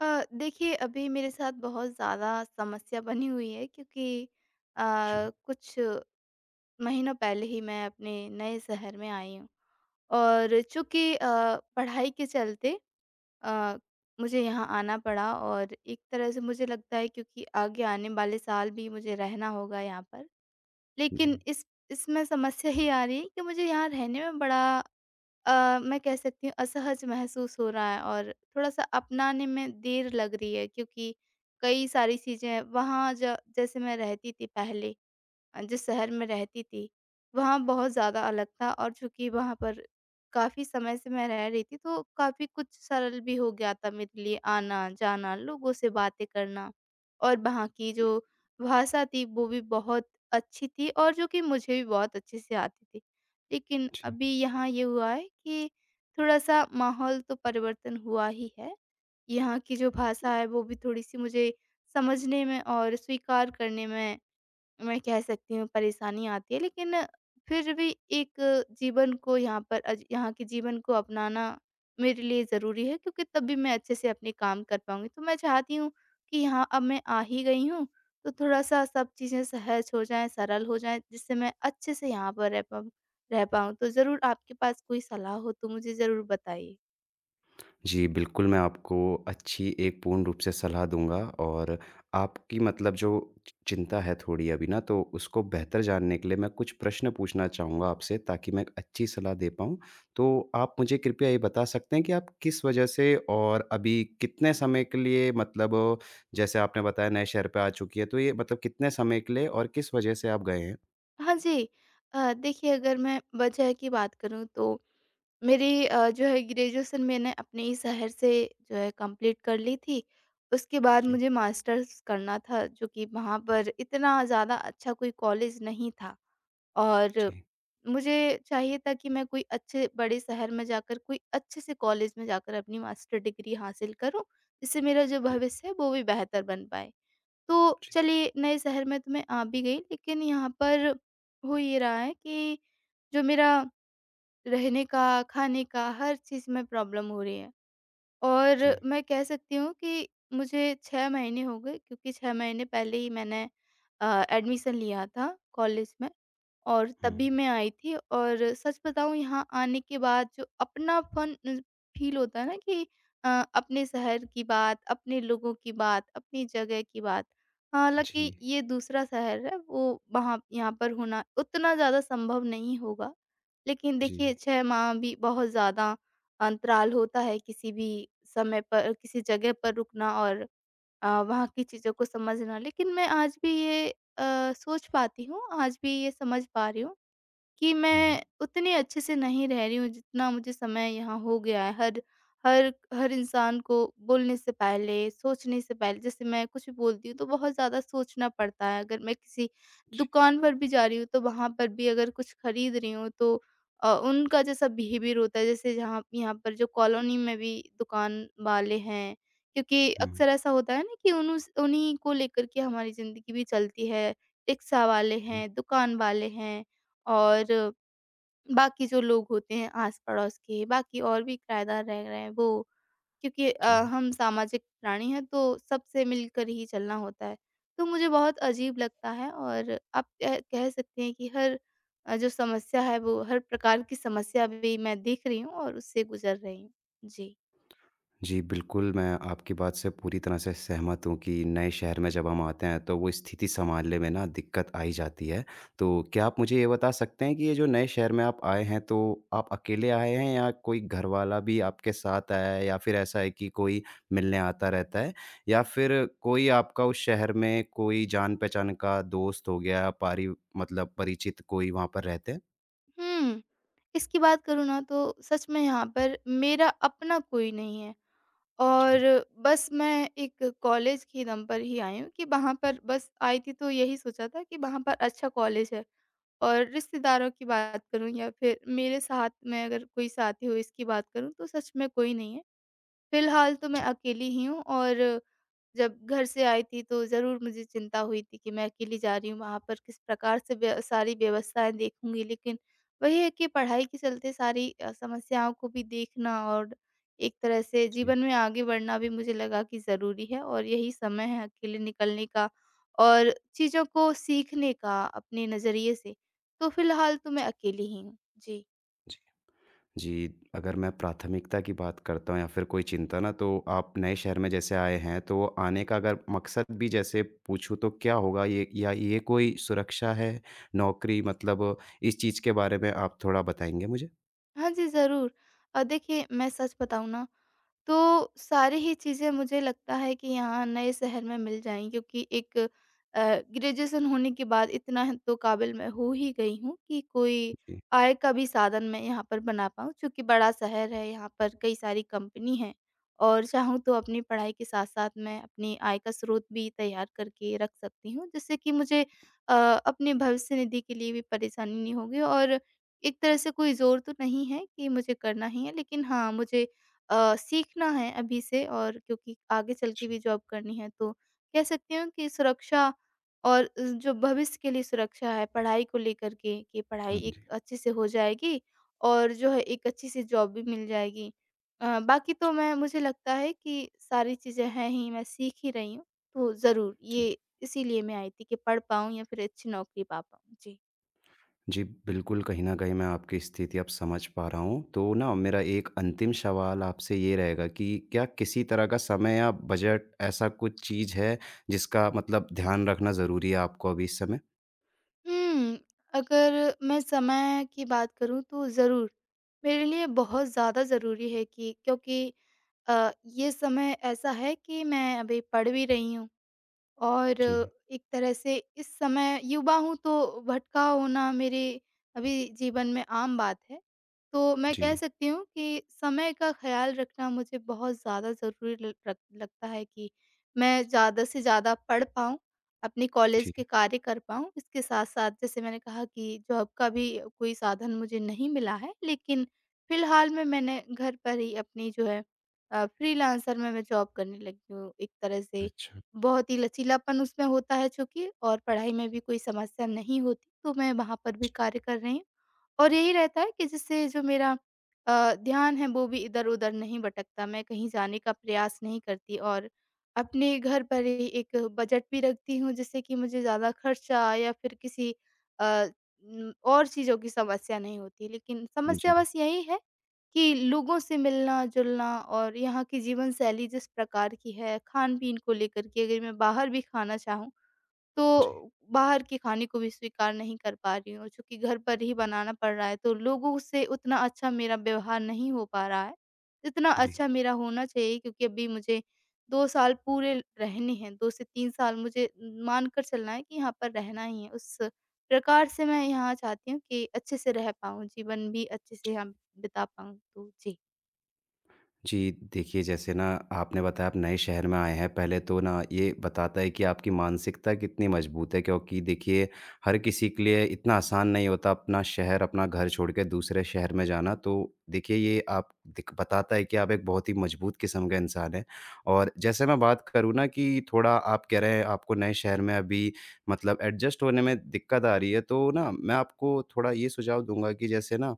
देखिए, अभी मेरे साथ बहुत ज़्यादा समस्या बनी हुई है क्योंकि अ, जी। कुछ महीनों पहले ही मैं अपने नए शहर में आई हूँ और चूँकि पढ़ाई के चलते अ, मुझे यहाँ आना पड़ा और एक तरह से मुझे लगता है, क्योंकि आगे आने वाले साल भी मुझे रहना होगा यहाँ पर। जी। लेकिन इस इसमें समस्या ये आ रही है कि मुझे यहाँ रहने में बड़ा मैं कह सकती हूँ, असहज महसूस हो रहा है और थोड़ा-सा अपनाने में देर लग रही है, क्योंकि कई सारी चीज़ें वहाँ ज जैसे मैं रहती थी पहले, जिस शहर में रहती थी, वहाँ बहुत ज़्यादा अलग था। और चूँकि वहाँ पर काफ़ी समय से मैं रह रही थी, तो काफ़ी कुछ सरल भी हो गया था मेरे लिए आना-जाना, लोगों से बातें करना, और वहाँ की जो भाषा थी, वो भी बहुत अच्छी थी और जो कि मुझे भी बहुत अच्छे से आती थी। लेकिन जी। अभी यहाँ ये हुआ है कि थोड़ा-सा माहौल तो परिवर्तन हुआ ही है। यहाँ की जो भाषा है, वो भी थोड़ी-सी मुझे समझने में और स्वीकार करने में, मैं कह सकती हूँ, परेशानी आती है। लेकिन फिर भी एक जीवन को यहाँ पर अज यहाँ के जीवन को अपनाना मेरे लिए ज़रूरी है, क्योंकि तब भी मैं अच्छे से अपने काम कर पाऊँगी। तो मैं चाहती हूँ कि यहाँ अब मैं आ ही गई हूँ, तो थोड़ा-सा सब चीज़ें सहज हो जाएँ, सरल हो जाएँ, जिससे मैं अच्छे से यहाँ पर रह पाऊँ। तो ज़रूर आपके पास कोई सलाह हो तो मुझे ज़रूर बताइए। जी, बिल्कुल मैं आपको अच्छी एक पूर्ण रूप से सलाह दूँगा और आपकी मतलब जो चि चिंता है थोड़ी अभी ना, तो उसको बेहतर जानने के लिए मैं कुछ प्रश्न पूछना चाहूँगा आपसे ताकि मैं एक अच्छी सलाह दे पाऊँ। तो आप मुझे कृपया ये बता सकते हैं कि आप किस वजह से और अभी कितने समय के लिए मतलब जैसे आपने बताया नए शहर पे आ चुकी है, तो ये मतलब कितने समय के लिए और किस वजह से आप गए हैं? हाँ जी। देखिए, अगर मैं वजह की बात करूँ तो मेरी, जो है ग्रेजुएशन, मैंने अपने ही शहर से जो है कंप्लीट कर ली थी। उसके बाद जी। मुझे मास्टर्स करना था, जो कि वहाँ पर इतना ज़्यादा अच्छा कोई कॉलेज नहीं था और जी। मुझे चाहिए था कि मैं कोई अच्छे बड़े शहर में जाकर, कोई अच्छे से कॉलेज में जाकर अपनी मास्टर डिग्री हासिल करूँ, जिससे मेरा जो जी। भविष्य है वो भी बेहतर बन पाए। तो जी। चलिए, नए शहर में तो मैं आ भी गई, लेकिन यहाँ पर हो ये रहा है कि जो मेरा रहने का, खाने का, हर चीज़ में प्रॉब्लम हो रही है। जी। और मैं कह सकती हूँ कि मुझे 6 महीने हो गए, क्योंकि 6 महीने पहले ही मैंने एडमिशन लिया था कॉलेज में। और हुँ। तभी मैं आई थी। और सच बताऊँ, यहाँ आने के बाद जो अपनापन फ़ील होता है ना कि अ, अपने शहर की बात, अपने लोगों की बात, अपनी जगह की बात, हालाँकि जी। ये दूसरा शहर है, वो वहाँ यहाँ पर होना उतना ज़्यादा संभव नहीं होगा। लेकिन जी। देखिए, 6 माह भी बहुत ज़्यादा अंतराल होता है किसी भी समय पर किसी जगह पर रुकना और वहाँ की चीज़ों को समझना। लेकिन मैं आज भी ये सोच पाती हूँ, आज भी ये समझ पा रही हूँ कि हुँ। मैं उतने अच्छे से नहीं रह रही हूँ, जितना मुझे समय यहाँ हो गया है। हर हर हर इंसान को बोलने से पहले, सोचने से पहले, जैसे मैं कुछ भी बोलती हूँ तो बहुत ज़्यादा सोचना पड़ता है। अगर मैं किसी जी। दुकान पर भी जा रही हूँ, तो वहाँ पर भी अगर कुछ खरीद रही हूँ तो उनका जैसा बिहेवियर होता है, जैसे जहाँ यहाँ पर जो कॉलोनी में भी दुकान वाले हैं, क्योंकि हुँ। अक्सर ऐसा होता है ना कि उन्हों उन्हीं को लेकर के हमारी ज़िंदगी भी चलती है। रिक्शा वाले जी। हैं, दुकान वाले हैं। और बाकी जो लोग होते हैं आस-पड़ोस के, बाकी और भी किराएदार रह रहे हैं वो, क्योंकि जी। हम सामाजिक प्राणी हैं, तो सबसे मिलकर ही चलना होता है। तो मुझे बहुत अजीब लगता है, और आप कह कह सकते हैं कि जो समस्या है, वो हर प्रकार की समस्या भी मैं देख रही हूँ और उससे गुज़र रही हूँ। जी। जी, बिल्कुल, मैं आपकी बात से पूरी तरह से सहमत हूँ कि नए शहर में जब हम आते हैं, तो वो स्थिति सँभालने में ना दिक्कत आ ही जाती है। तो क्या आप मुझे ये बता सकते हैं कि ये जो नए शहर में आप आए हैं, तो आप अकेले आए हैं या कोई घरवाला भी आपके साथ आया है या फिर ऐसा है कि कोई मिलने आता रहता है? या फिर कोई आपका उस शहर में कोई जान-पहचान का दोस्त हो गया, पारि मतलब परिचित कोई वहाँ पर रहते हैं? हुँ, इसकी बात करूँ ना, तो सच में यहाँ पर मेरा अपना कोई नहीं है। और जी। बस मैं एक कॉलेज के दम पर ही आई हूँ कि वहाँ पर बस आई थी, तो यही सोचा था कि वहाँ पर अच्छा कॉलेज है। और रिश्तेदारों की बात करूँ या फिर मेरे साथ में अगर कोई साथी हो, इसकी बात करूँ, तो सच में कोई नहीं है। फिलहाल तो मैं जी। अकेली ही हूँ। और जब घर से आई थी, तो ज़रूर मुझे चिंता हुई थी कि मैं अकेली जा रही हूँ वहाँ पर, किस प्रकार से व्य सारी व्यवस्थाएँ देखूँगी। लेकिन वही है कि पढ़ाई के चलते सारी समस्याओं को भी देखना और एक तरह से जी। जीवन में आगे बढ़ना भी मुझे लगा कि ज़रूरी है, और यही समय है अकेले निकलने का और चीज़ों को सीखने का अपने नज़रिए से। तो फिलहाल तो मैं जी। अकेली ही हूँ। जी। जी। जी, अगर मैं प्राथमिकता की बात करता हूँ या फिर कोई चिंता ना, तो आप नए शहर में जैसे आए हैं, तो आने का अगर मकसद भी जैसे पूछूँ तो क्या होगा? ये या ये कोई सुरक्षा है, नौकरी मतलब इस चीज़ के बारे में आप थोड़ा बताएँगे मुझे? हाँ जी, ज़रूर। देखिए, मैं सच बताऊँ ना, तो सारी ही चीज़ें मुझे लगता है कि यहाँ नए शहर में मिल जाएँ, क्योंकि एक ग्रेजुएशन होने के बाद इतना ह तो काबिल मैं हो ही गई हूँ कि कोई जी। आय का भी साधन मैं यहाँ पर बना पाऊँ। चूँकि बड़ा शहर है, यहाँ पर कई सारी कंपनी है, और चाहूँ तो अपनी पढ़ाई के साथ-साथ मैं अपनी आय का स्रोत भी तैयार करके रख सकती हूँ, जिससे कि मुझे अपने भविष्य निधि के लिए भी परेशानी नहीं होगी। और एक तरह से कोई ज़ोर तो नहीं है कि मुझे करना ही है, लेकिन हाँ, मुझे सीखना है अभी से, और क्योंकि आगे चल के भी जी। जॉब करनी है, तो कह सकती हूँ कि सुरक्षा और जो भविष्य के लिए सुरक्षा है पढ़ाई को लेकर के कि पढ़ाई हाँ एक जी। अच्छे से हो जाएगी और जो है एक अच्छी सी जॉब भी मिल जाएगी। बाकी तो जी। मैं मुझे लगता है कि सारी चीज़ें हैं ही, मैं सीख ही रही हूँ। तो ज़रूर जी। ये इसीलिए मैं आई थी कि पढ़ पाऊँ या फिर अच्छी नौकरी पा पाऊँ। जी। जी, बिल्कुल, कहीं न कहीं मैं आपकी स्थिति अब समझ पा रहा हूँ। तो ना मेरा एक अंतिम सवाल आपसे ये रहेगा कि क्या किसी तरह का समय या बजट ऐसा कुछ चीज़ है, जिसका मतलब ध्यान रखना ज़रूरी है आपको अभी इस समय? हुँ, अगर मैं समय की बात करूँ, तो ज़रूर, मेरे लिए बहुत ज़्यादा ज़रूरी है कि, क्योंकि ये समय ऐसा है कि मैं अभी पढ़ भी रही हूँ और जी। एक तरह से इस समय युवा हूँ, तो भटकाव होना मेरे अभी जीवन में आम बात है। तो मैं जी। कह सकती हूँ कि समय का ख़्याल रखना मुझे बहुत ज़्यादा ज़रूरी ल रक लगता है कि मैं ज़्यादा से ज़्यादा पढ़ पाऊँ, अपने कॉलेज जी। के कार्य कर पाऊँ। इसके साथ-साथ, जैसे मैंने कहा, कि जॉब का भी कोई साधन मुझे नहीं मिला है, लेकिन फ़िलहाल में मैंने घर पर ही अपनी, जो है, फ्रीलांसर में मैं जॉब करने लगी हूँ एक तरह से। अच्छा। बहुत ही लचीलापन उसमें होता है, चूँकि, और पढ़ाई में भी कोई समस्या नहीं होती, तो मैं वहाँ पर भी कार्य कर रही हूँ। और यही रहता है कि जिससे जो मेरा ध्यान है वो भी इधर-उधर नहीं भटकता, मैं कहीं जाने का प्रयास नहीं करती, और अपने घर पर ही एक बजट भी रखती हूँ, जिससे कि मुझे ज़्यादा खर्चा या फिर किसी अ, और चीज़ों की समस्या नहीं होती। लेकिन जी। समस्या जी। बस यही है कि लोगों से मिलना-जुलना, और यहाँ की जीवन शैली जिस प्रकार की है, खान-पीन को लेकर के अगर मैं बाहर भी खाना चाहूँ, जी। तो बाहर के खाने को भी स्वीकार नहीं कर पा रही हूँ। चूँकि घर पर ही बनाना पड़ रहा है, तो लोगों से उतना अच्छा मेरा व्यवहार नहीं हो पा रहा है, जितना जी। अच्छा मेरा होना चाहिए, क्योंकि अभी मुझे 2 साल पूरे रहने हैं, 2 से 3 साल मुझे मानकर चलना है कि यहाँ पर रहना ही है। उस प्रकार से मैं यहाँ चाहती हूँ कि अच्छे से रह पाऊँ, जीवन भी अच्छे से यहाँ बिता पाऊँ। तो जी। जी, देखिए जैसे ना आपने बताया आप नए शहर में आए हैं, पहले तो ना ये बताता है कि आपकी मानसिकता कितनी मजबूत है क्योंकि देखिए हर किसी के लिए इतना आसान नहीं होता अपना शहर, अपना घर छोड़ के दूसरे शहर में जाना। तो देखिए, ये आप दिक बताता है कि आप एक बहुत ही मजबूत किस्म का इंसान हैं। और जैसे मैं बात करूँ ना, कि थोड़ा आप कह रहे हैं आपको नए शहर में अभी मतलब एडजस्ट होने में दिक्कत आ रही है, तो ना मैं आपको थोड़ा ये सुझाव दूँगा कि जैसे ना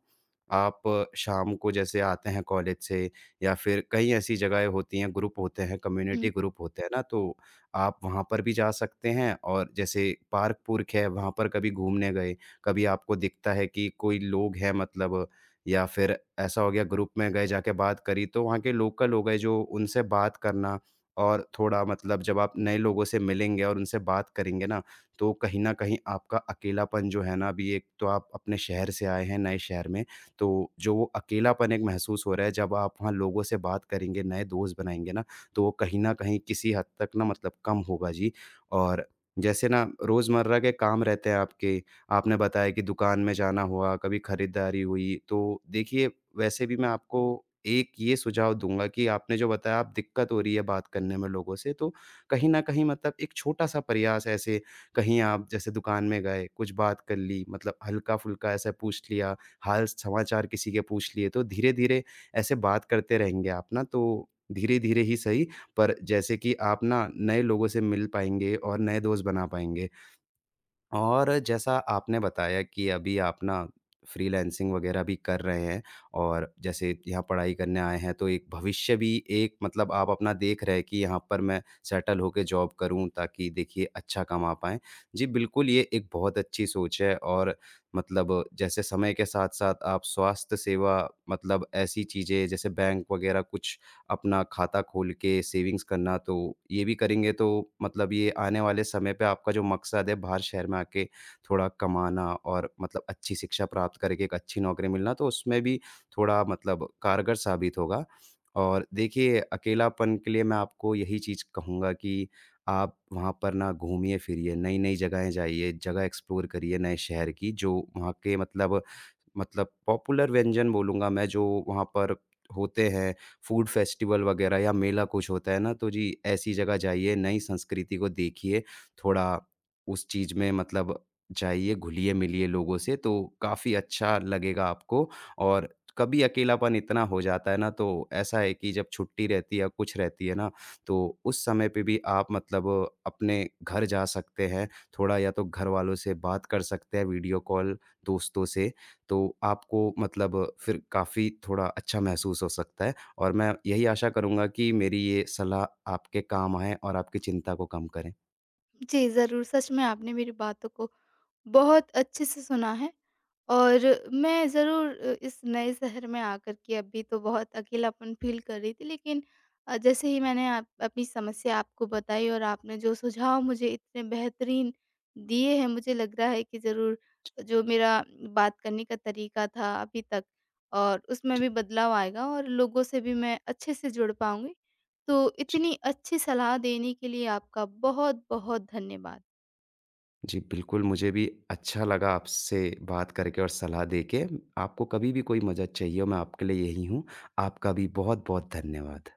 आप शाम को जैसे आते हैं कॉलेज से, या फिर कई ऐसी जगहें होती हैं, ग्रुप होते हैं, हुँ। कम्युनिटी ग्रुप होते हैं ना, तो आप वहाँ पर भी जा सकते हैं। और जैसे पार्क-पुर्क है, वहाँ पर कभी घूमने गए, कभी आपको दिखता है कि कोई लोग हैं मतलब, या फिर ऐसा हो गया ग्रुप में गए, जाके बात करी, तो वहाँ के लोकल हो गए जो उनसे बात करना, और थोड़ा मतलब जब आप नए लोगों से मिलेंगे और उनसे बात करेंगे ना, तो कहीं न कहीं आपका अकेलापन जो है ना, अभी एक तो आप अपने शहर से आए हैं, नए शहर में, तो जो वो अकेलापन एक महसूस हो रहा है, जब आप वहाँ लोगों से बात करेंगे, नए दोस्त बनाएँगे ना, तो वो कहीं न कहीं किसी हद तक ना मतलब कम होगा जी। और जैसे ना रोज़मर्रा के काम रहते हैं आपके, आपने बताया कि दुकान में जाना हुआ, कभी खरीदारी हुई, तो देखिए वैसे भी मैं आपको एक ये सुझाव दूँगा कि आपने जो बताया आप दिक्कत हो रही है बात करने में लोगों से, तो कहीं न कहीं मतलब एक छोटा-सा प्रयास ऐसे, कहीं आप जैसे दुकान में गए, कुछ बात कर ली, मतलब हल्का-फुल्का ऐसा पूछ लिया, हाल समाचार किसी के पूछ लिए, तो धीरे-धीरे ऐसे बात करते रहेंगे आप ना, तो धीरे-धीरे ही सही, पर जैसे कि आप ना नए लोगों से मिल पाएँगे और नए दोस्त बना पाएँगे। और जैसा आपने बताया कि अभी आप ना फ्रीलांसिंग वगैरह भी कर रहे हैं, और जैसे यहाँ पढ़ाई करने आए हैं, तो एक भविष्य भी एक मतलब आप अपना देख रहे हैं कि यहाँ पर मैं सेटल होके जॉब करूँ ताकि देखिए अच्छा कमा पाएँ। जी, बिल्कुल ये एक बहुत अच्छी सोच है। और मतलब जैसे समय के साथ-साथ आप स्वास्थ्य सेवा, मतलब ऐसी चीज़ें जैसे बैंक वगैरह कुछ, अपना खाता खोल के सेविंग्स करना, तो ये भी करेंगे तो मतलब ये आने वाले समय पे आपका जो मकसद है बाहर शहर में आके थोड़ा कमाना और मतलब अच्छी शिक्षा प्राप्त करके एक अच्छी नौकरी मिलना, तो उसमें भी थोड़ा मतलब कारगर साबित होगा। और देखिए, अकेलापन के लिए मैं आपको यही चीज़ कहूँगा कि आप वहाँ पर ना घूमिए-फिरिए, नई-नई जगहें जाइए, जगह एक्सप्लोर करिए नए शहर की, जो वहाँ के मतलब मतलब पॉपुलर व्यंजन बोलूँगा मैं जो वहाँ पर होते हैं, फूड फेस्टिवल वग़ैरह या मेला कुछ होता है ना, तो जी ऐसी जगह जाइए, नई संस्कृति को देखिए, थोड़ा उस चीज़ में मतलब जाइए, घुलिए-मिलिए लोगों से, तो काफ़ी अच्छा लगेगा आपको। और कभी अकेलापन इतना हो जाता है ना, तो ऐसा है कि जब छुट्टी रहती है या कुछ रहती है ना, तो उस समय पे भी आप मतलब अपने घर जा सकते हैं, थोड़ा या तो घर वालों से बात कर सकते हैं वीडियो कॉल, दोस्तों से। तो आपको मतलब फिर काफ़ी थोड़ा अच्छा महसूस हो सकता है। और मैं यही आशा करूँगा कि मेरी ये सलाह आपके काम आए और आपकी चिंता को कम करें। जी, ज़रूर, सच में आपने मेरी बातों को बहुत अच्छे से सुना है। और मैं ज़रूर इस नए शहर में आकर के अभी तो बहुत अकेलापन फ़ील कर रही थी, लेकिन जैसे ही मैंने आप अपनी समस्या आपको बताई और आपने जो सुझाव मुझे इतने बेहतरीन दिए हैं, मुझे लग रहा है कि ज़रूर जो मेरा बात करने का तरीका था अभी तक, और उसमें जी। भी बदलाव आएगा और लोगों से भी मैं अच्छे से जुड़ पाऊँगी। तो जी। इतनी अच्छी सलाह देने के लिए आपका बहुत-बहुत धन्यवाद। जी, बिल्कुल मुझे भी अच्छा लगा आपसे बात करके और सलाह देके। आपको कभी भी कोई मदद चाहिए हो, मैं आपके लिए यही हूँ। आपका भी बहुत-बहुत धन्यवाद।